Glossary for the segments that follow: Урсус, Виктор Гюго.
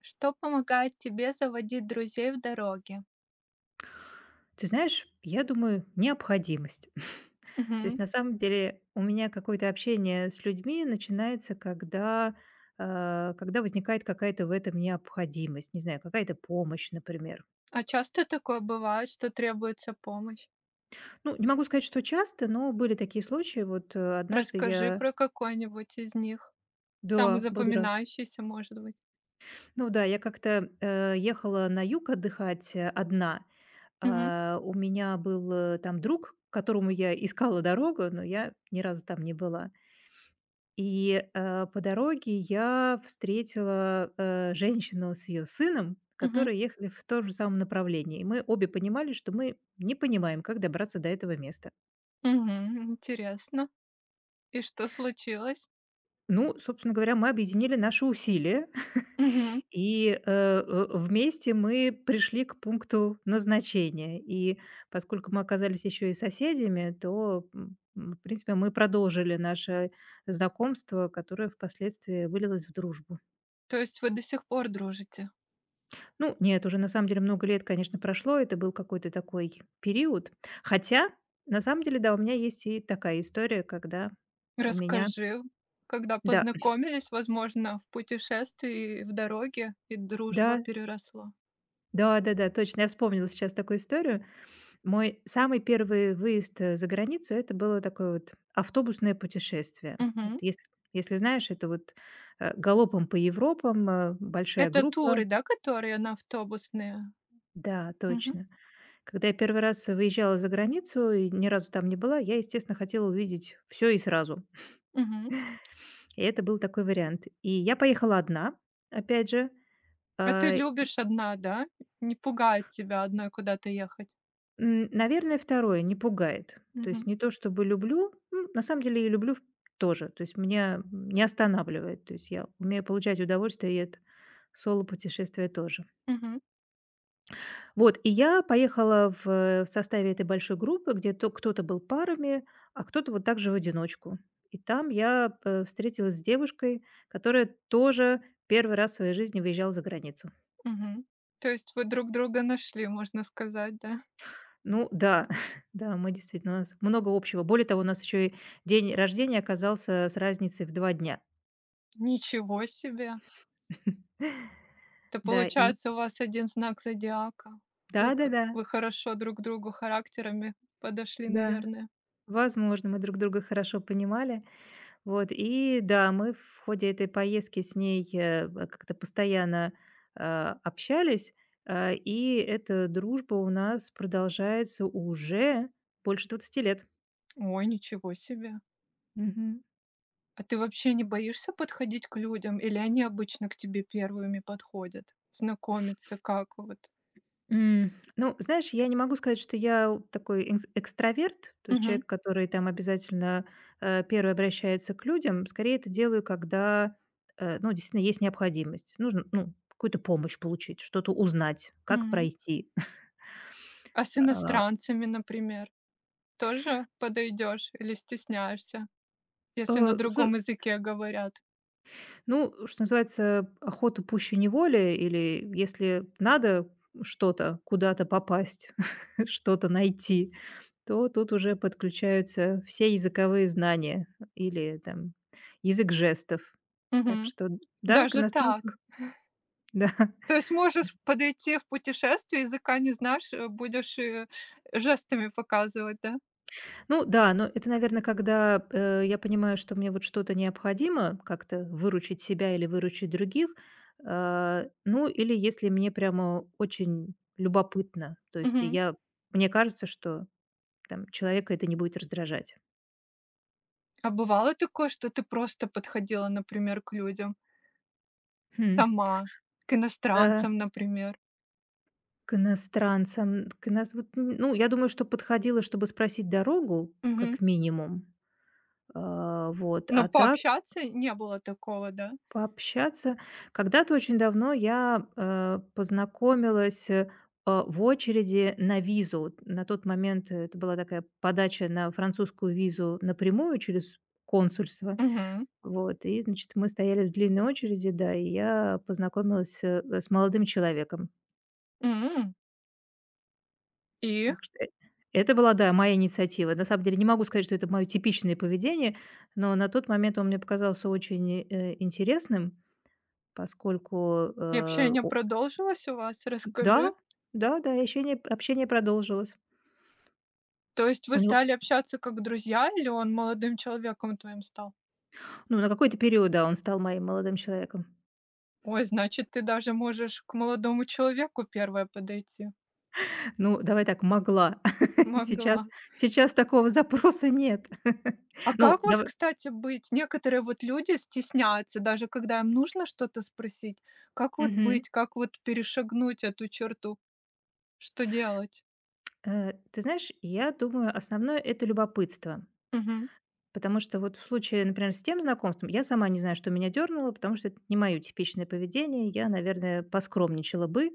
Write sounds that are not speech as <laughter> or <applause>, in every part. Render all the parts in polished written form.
Что помогает тебе заводить друзей в дороге? Ты знаешь, я думаю, необходимость. <laughs> То Мгм. есть на самом деле у меня какое-то общение с людьми начинается, когда возникает какая-то в этом необходимость, не знаю, какая-то помощь, например. А часто такое бывает, что требуется помощь? Ну, не могу сказать, что часто, но были такие случаи. Вот однажды Расскажи я... про какой-нибудь из них. Самый Да, буду рад. запоминающийся, может быть. Ну да, я как-то ехала на юг отдыхать одна. Мгм. А, у меня был там друг, которому я искала дорогу, но я ни разу там не была. И по дороге я встретила, женщину с ее сыном, Мгм. которые ехали в том же самом направлении. И мы обе понимали, что мы не понимаем, как добраться до этого места. Мгм. Интересно. И что случилось? Ну, собственно говоря, мы объединили наши усилия. Мгм. <laughs> И вместе мы пришли к пункту назначения. И поскольку мы оказались еще и соседями, то, в принципе, мы продолжили наше знакомство, которое впоследствии вылилось в дружбу. То есть вы до сих пор дружите? Ну, нет, уже на самом деле много лет, конечно, прошло. Это был какой-то такой период. Хотя, на самом деле, да, у меня есть и такая история, когда у меня... Расскажи, когда Да, познакомились, возможно, в путешествии, в дороге, и дружба да, переросла. да-да-да, точно. Я вспомнила сейчас такую историю. Мой самый первый выезд, за границу — это было такое вот автобусное путешествие. Вот Мгм. если знаешь, это вот, галопом по Европам, большая Это группа. туры, да, которые на автобусные? Да, Мгм. точно. Когда я первый раз выезжала за границу и ни разу там не была, я, естественно, хотела увидеть все и сразу. Мгм. И это был такой вариант. И я поехала одна, опять же. А ты А, любишь одна, да? Не пугает тебя одной куда-то ехать? Наверное, второе не пугает. То Мгм, есть не то чтобы люблю, на самом деле и люблю в тоже. То есть меня не останавливает. То есть я умею получать удовольствие и от соло-путешествия тоже. мгм, Вот, и я поехала в составе этой большой группы, где то кто-то был парами, а кто-то вот так же в одиночку. И там я, встретилась с девушкой, которая тоже первый раз в своей жизни выезжала за границу. мгм. То есть вы друг друга нашли, можно сказать, да? Ну да, <laughs> да, мы действительно, у нас много общего. Более того, у нас еще и день рождения оказался с разницей в 2 дня. Ничего себе! <laughs> Это Да, и получается, у вас один знак зодиака. Да-да-да, да, Вы хорошо друг другу характерами подошли, да, да. наверное. Возможно, мы друг друга хорошо понимали. Вот, и да, мы в ходе этой поездки с ней, как-то постоянно, общались, и эта дружба у нас продолжается уже больше двадцати лет. Ой, ничего себе. Мгм. А ты вообще не боишься подходить к людям? Или они обычно к тебе первыми подходят? Знакомиться как вот? М, ну, знаешь, я не могу сказать, что я такой инс экстраверт, то есть Мгм, человек, который там обязательно, первым обращается к людям. Скорее это делаю, когда, ну, действительно есть необходимость. Нужно, ну, какую-то помощь получить, что-то узнать, как мгм. пройти. <laughs> А с А, иностранцами, например? Тоже подойдешь или стесняешься, если на э, слу другом языке говорят? Ну, что называется, охота пуще неволи, или если надо что-то, куда-то попасть, <laughs> что-то найти, то тут уже подключаются все языковые знания или там язык жестов. Так Мгм. что да, к Даже иностранцам, так? <laughs> да. То есть можешь подойти в путешествие, языка не знаешь, будешь, жестами показывать, да? Ну да, но это, наверное, когда, я понимаю, что мне вот что-то необходимо, как-то выручить себя или выручить других. А, ну, или если мне прямо очень любопытно. То есть Мгм. я мне кажется, что там человека это не будет раздражать. А бывало такое, что ты просто подходила, например, к людям Хм. сама, к Э, иностранцам, например? К иностранцам, к ино вот, ну, я думаю, что подходила, чтобы спросить дорогу, Мгм. как минимум. А, вот, Но а так... пообщаться не было такого, да? Пообщаться. Когда-то очень давно я, познакомилась, в очереди на визу. Вот. На тот момент это была такая подача на французскую визу напрямую через консульство. Мгм. Вот, и, значит, мы стояли в длинной очереди, да, и я познакомилась, с молодым человеком. М. И? Так что это была, да, моя инициатива. На самом деле не могу сказать, что это мое типичное поведение, но на тот момент он мне показался очень, интересным, поскольку, И общение продолжилось у вас? Расскажи. Да, да-да, и ощение общение продолжилось. То есть вы У него... стали общаться как друзья или он молодым человеком твоим стал? ну, на какой-то период, да, он стал моим молодым человеком. Ой, значит, ты даже можешь к молодому человеку первая подойти. Ну, давай так, могла. <laughs> Могла. Сейчас сейчас такого запроса нет. <laughs> А Ну, как вот, давай... кстати, быть? Некоторые вот люди стесняются, даже когда им нужно что-то спросить. Как вот мгм. быть? Как вот перешагнуть эту черту? Что делать? Ты знаешь, я думаю, основное — это любопытство. Мгм. Потому что вот в случае, например, с тем знакомством, я сама не знаю, что меня дернуло, потому что это не мое типичное поведение. Я, наверное, поскромничала бы,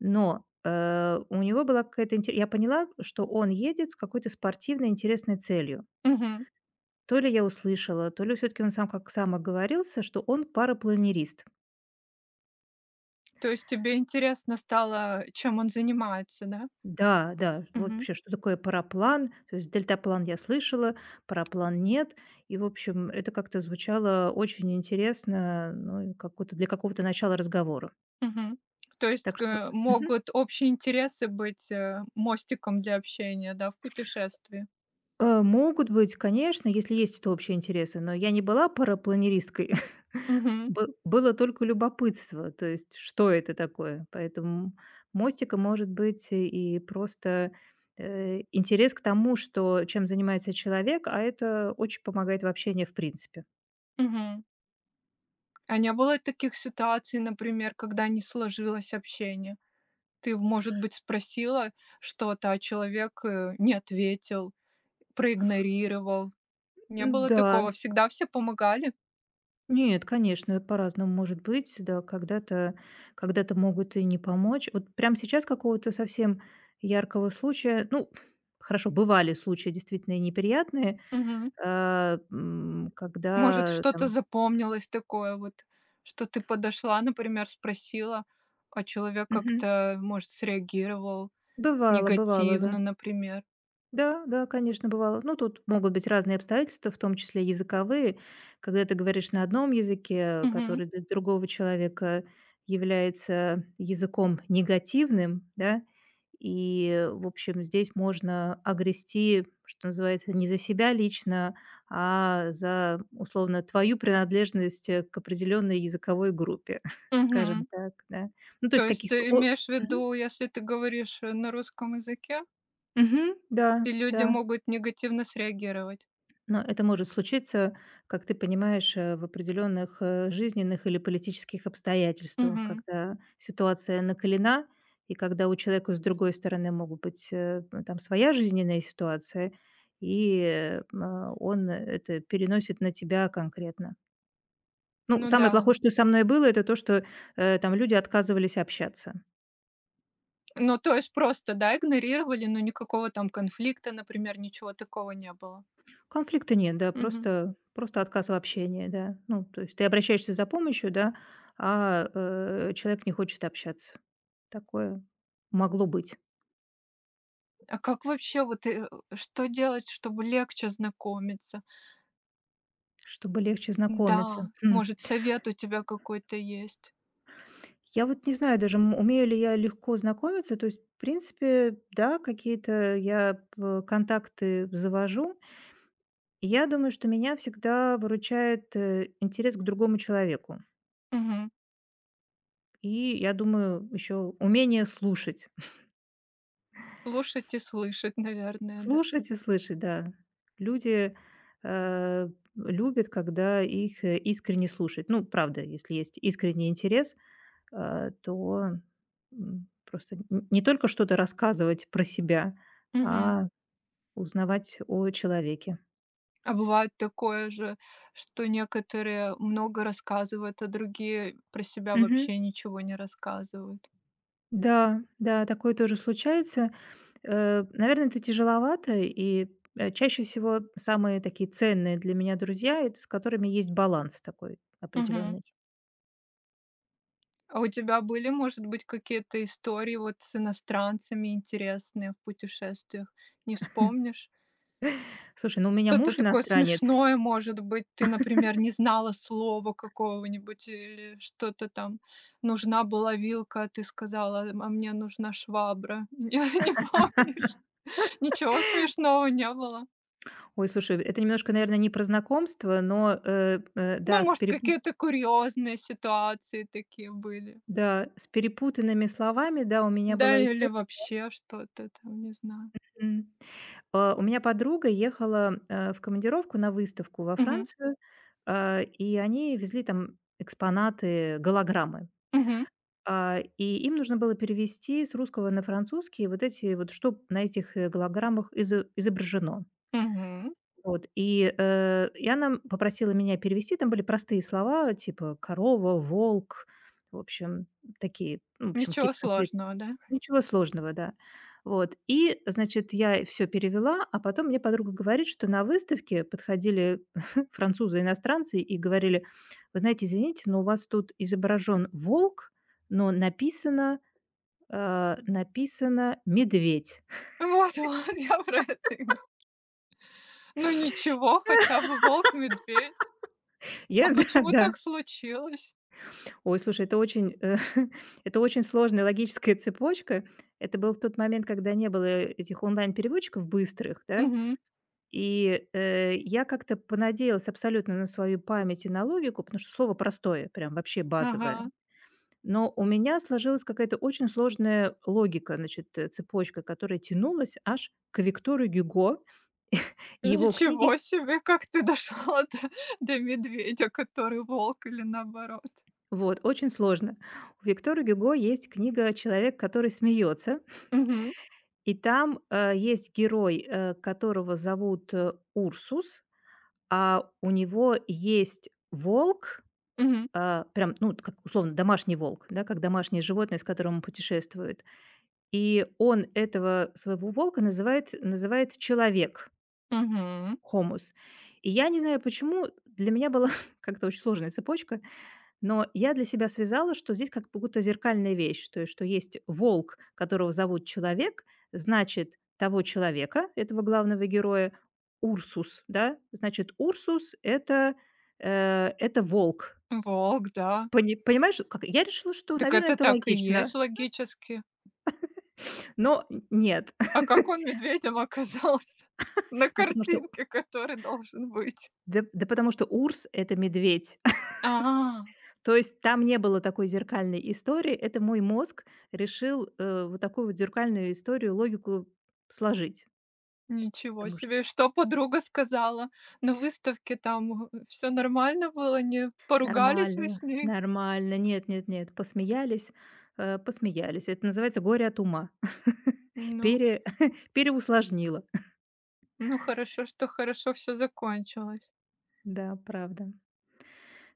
но у него была какая-то... Я поняла, что он едет с какой-то спортивной интересной целью. Мгм. То ли я услышала, то ли все-таки он сам как сам оговорился, что он парапланерист. То есть тебе интересно стало, чем он занимается, да? Да, да, вот Мгм. вообще, что такое параплан, то есть дельтаплан я слышала, параплан нет, и, в общем, это как-то звучало очень интересно, ну, и какое-то для какого-то начала разговора. Мгм. То есть, Так что... к Мгм. могут общие интересы быть, мостиком для общения, да, в путешествии. Могут быть, конечно, если есть это общие интересы, но я не была парапланеристкой. <laughs> Мгм, Бы Было только любопытство, то есть что это такое. Поэтому мостика может быть и просто, интерес к тому, что чем занимается человек, а это очень помогает в общении в принципе. мгм. А не было таких ситуаций, например, когда не сложилось общение? Ты, может быть, спросила что-то, а человек, не ответил, проигнорировал? Не было Да. такого? Всегда все помогали? Нет, конечно, по-разному может быть. Да, когда-то могут и не помочь. Вот прямо сейчас какого-то совсем яркого случая, ну, хорошо, бывали случаи действительно и неприятные, Мгм. Может, когда что-то там... запомнилось такое вот, что ты подошла, например, спросила, а человек Мгм. как-то, может, среагировал? Бывало, бывало, да. Негативно, например. Да, да, конечно, бывало. Ну, тут могут быть разные обстоятельства, в том числе языковые, когда ты говоришь на одном языке, Мгм. который для другого человека является языком негативным, да, и, в общем, здесь можно огрести, что называется, не за себя лично, а за, условно, твою принадлежность к определенной языковой группе, <laughs> скажем Мгм. так, да. Ну, то То есть есть каких-то... ты имеешь в Мгм. виду, если ты говоришь, на русском языке, Мгм. Да, и люди да. могут негативно среагировать? Но это может случиться, как ты понимаешь, в определенных жизненных или политических обстоятельствах, Мгм. когда ситуация накалена, и когда у человека с другой стороны могут быть ну, там своя жизненная ситуация, и он это переносит на тебя конкретно. Ну, Ну да. самое плохое, что со мной было, это то, что там люди отказывались общаться. Ну, то есть просто, да, игнорировали, но никакого там конфликта, например, ничего такого не было. Конфликта нет, да, Мгм. просто отказ в общении, да. Ну, то есть ты обращаешься за помощью, да, человек не хочет общаться. Такое могло быть, А как вообще вот, что делать, чтобы легче знакомиться? чтобы легче знакомиться. Да, Хм. может, совет у тебя какой-то есть? Я вот не знаю даже, умею ли я легко знакомиться. То есть, в принципе, да, какие-то я п контакты завожу. И я думаю, что меня всегда выручает, интерес к другому человеку. Мгм. И, я думаю, еще умение слушать. Слушать и слышать, наверное, да. Слушать и слышать, да. Люди, э, любят, когда их, искренне слушают. Ну, правда, если есть искренний интерес, то, просто н не только что-то рассказывать про себя, Мгм. а узнавать о человеке. А бывает такое же, что некоторые много рассказывают, а другие про себя Мгм. вообще ничего не рассказывают. Да, да, такое тоже случается. Наверное, это тяжеловато, и, чаще всего самые такие ценные для меня друзья — это с которыми есть баланс такой Мгм. определенный. А у тебя были, может быть, какие-то истории вот с иностранцами интересные в путешествиях? Не вспомнишь? Слушай, ну, у меня Что-то муж такое иностранец. смешное, может быть, ты, например, не знала слова какого-нибудь или что-то там. Нужна была вилка, а ты сказала, а мне нужна швабра. <laughs> Не, не помнишь? Ничего смешного не было? Ой, слушай, это немножко, наверное, не про знакомство, но, Ну, да, с может, перепут какие-то курьезные ситуации такие были. да, с перепутанными словами, да, у меня Да, была или история. вообще что-то там, не знаю. М. А, у меня подруга ехала, в командировку на выставку во Мгм, Францию, а, и они везли там экспонаты, голограммы. мгм, А, и им нужно было перевести с русского на французский вот эти вот, что на этих, голограммах изображено. мгм. Вот, и она попросила меня перевести. Там были простые слова, типа корова, волк, в общем, такие, ну, в общем, Ничего какие-то конкретные. сложного, да? <laughs> Ничего сложного, да. Вот. И, значит, я все перевела, а потом мне подруга говорит, что на выставке подходили <laughs> французы, иностранцы и говорили, вы знаете, извините, но у вас тут изображен волк, но написано медведь. Вот вот, я про это и го Ну ничего, хотя бы волк-медведь. <laughs> А Я, да, почему да. так случилось? Ой, слушай, это очень, <laughs> это очень сложная логическая <laughs> цепочка. Это был тот момент, когда не было этих онлайн-переводчиков быстрых, да, Мгм. и, я как-то понадеялась абсолютно на свою память и на логику, потому что слово простое, прям вообще базовое. Ага. Но у меня сложилась какая-то очень сложная логика, значит, цепочка, которая тянулась аж к Виктору Гюго и его книге. Ничего себе, как ты дошла до медведя, который волк или наоборот. Вот, очень сложно. У Виктора Гюго есть книга «Человек, который смеется». Мгм, И там, есть герой, которого зовут, Урсус, а у него есть волк, мгм, а, прям, ну, вот как условно домашний волк, да, как домашнее животное, с которым он путешествует. И он этого своего волка называет человек, мгм. хомус. И я не знаю почему, для меня была <laughs> как-то очень сложная цепочка. Но я для себя связала, что здесь как будто зеркальная вещь, то есть что есть волк, которого зовут человек, значит, того человека, этого главного героя, Урсус, да, значит, Урсус это волк. Волк, да. Понимаешь, как? Я решила, что, Так наверное, это это так и логично, есть логически. <laughs> но нет. А <laughs> как он медведем оказался <laughs> на Ну, потому что, картинке, который должен быть? да, да потому что Урс — это медведь. А, <laughs> То есть там не было такой зеркальной истории. Это мой мозг решил вот такую вот зеркальную историю, логику сложить. ничего Потому что себе. И что подруга сказала? На выставке там, все нормально было, не поругались вы нормально, с ней? нормально. Нет, нет, нет. Посмеялись. Это называется горе от ума. <laughs> Ну Пере <laughs> переусложнила. ну, хорошо, что хорошо все закончилось. Да, правда.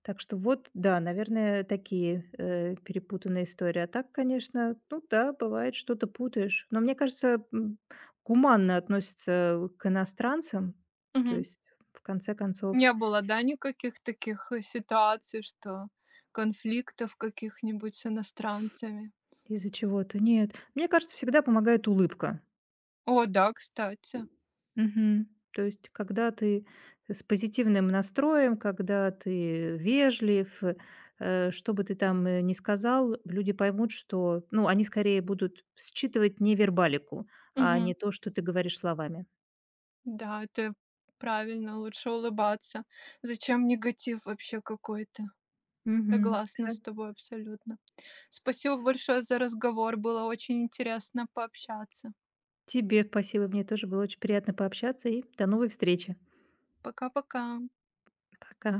Так что вот, да, наверное, такие, перепутанные истории. А так, конечно, ну да, бывает, что-то путаешь. Но мне кажется, гуманно относятся к иностранцам. То Мгм. есть, в конце Не концов, было, да, никаких таких, ситуаций, что конфликтов каких-нибудь с иностранцами? из-за чего-то нет. Мне кажется, всегда помогает улыбка. О да, кстати. Мгм. То есть, когда ты с позитивным настроем, когда ты вежлив, что бы ты там, ни сказал, люди поймут, что, ну, они скорее будут считывать не вербалику, а Мгм. не то, что ты говоришь словами. Да, это правильно, лучше улыбаться. Зачем негатив вообще какой-то? Мгм. Согласна с тобой абсолютно. Спасибо большое за разговор, было очень интересно пообщаться. Тебе спасибо, мне тоже было очень приятно пообщаться, и до новой встречи. Пока-пока. Пока.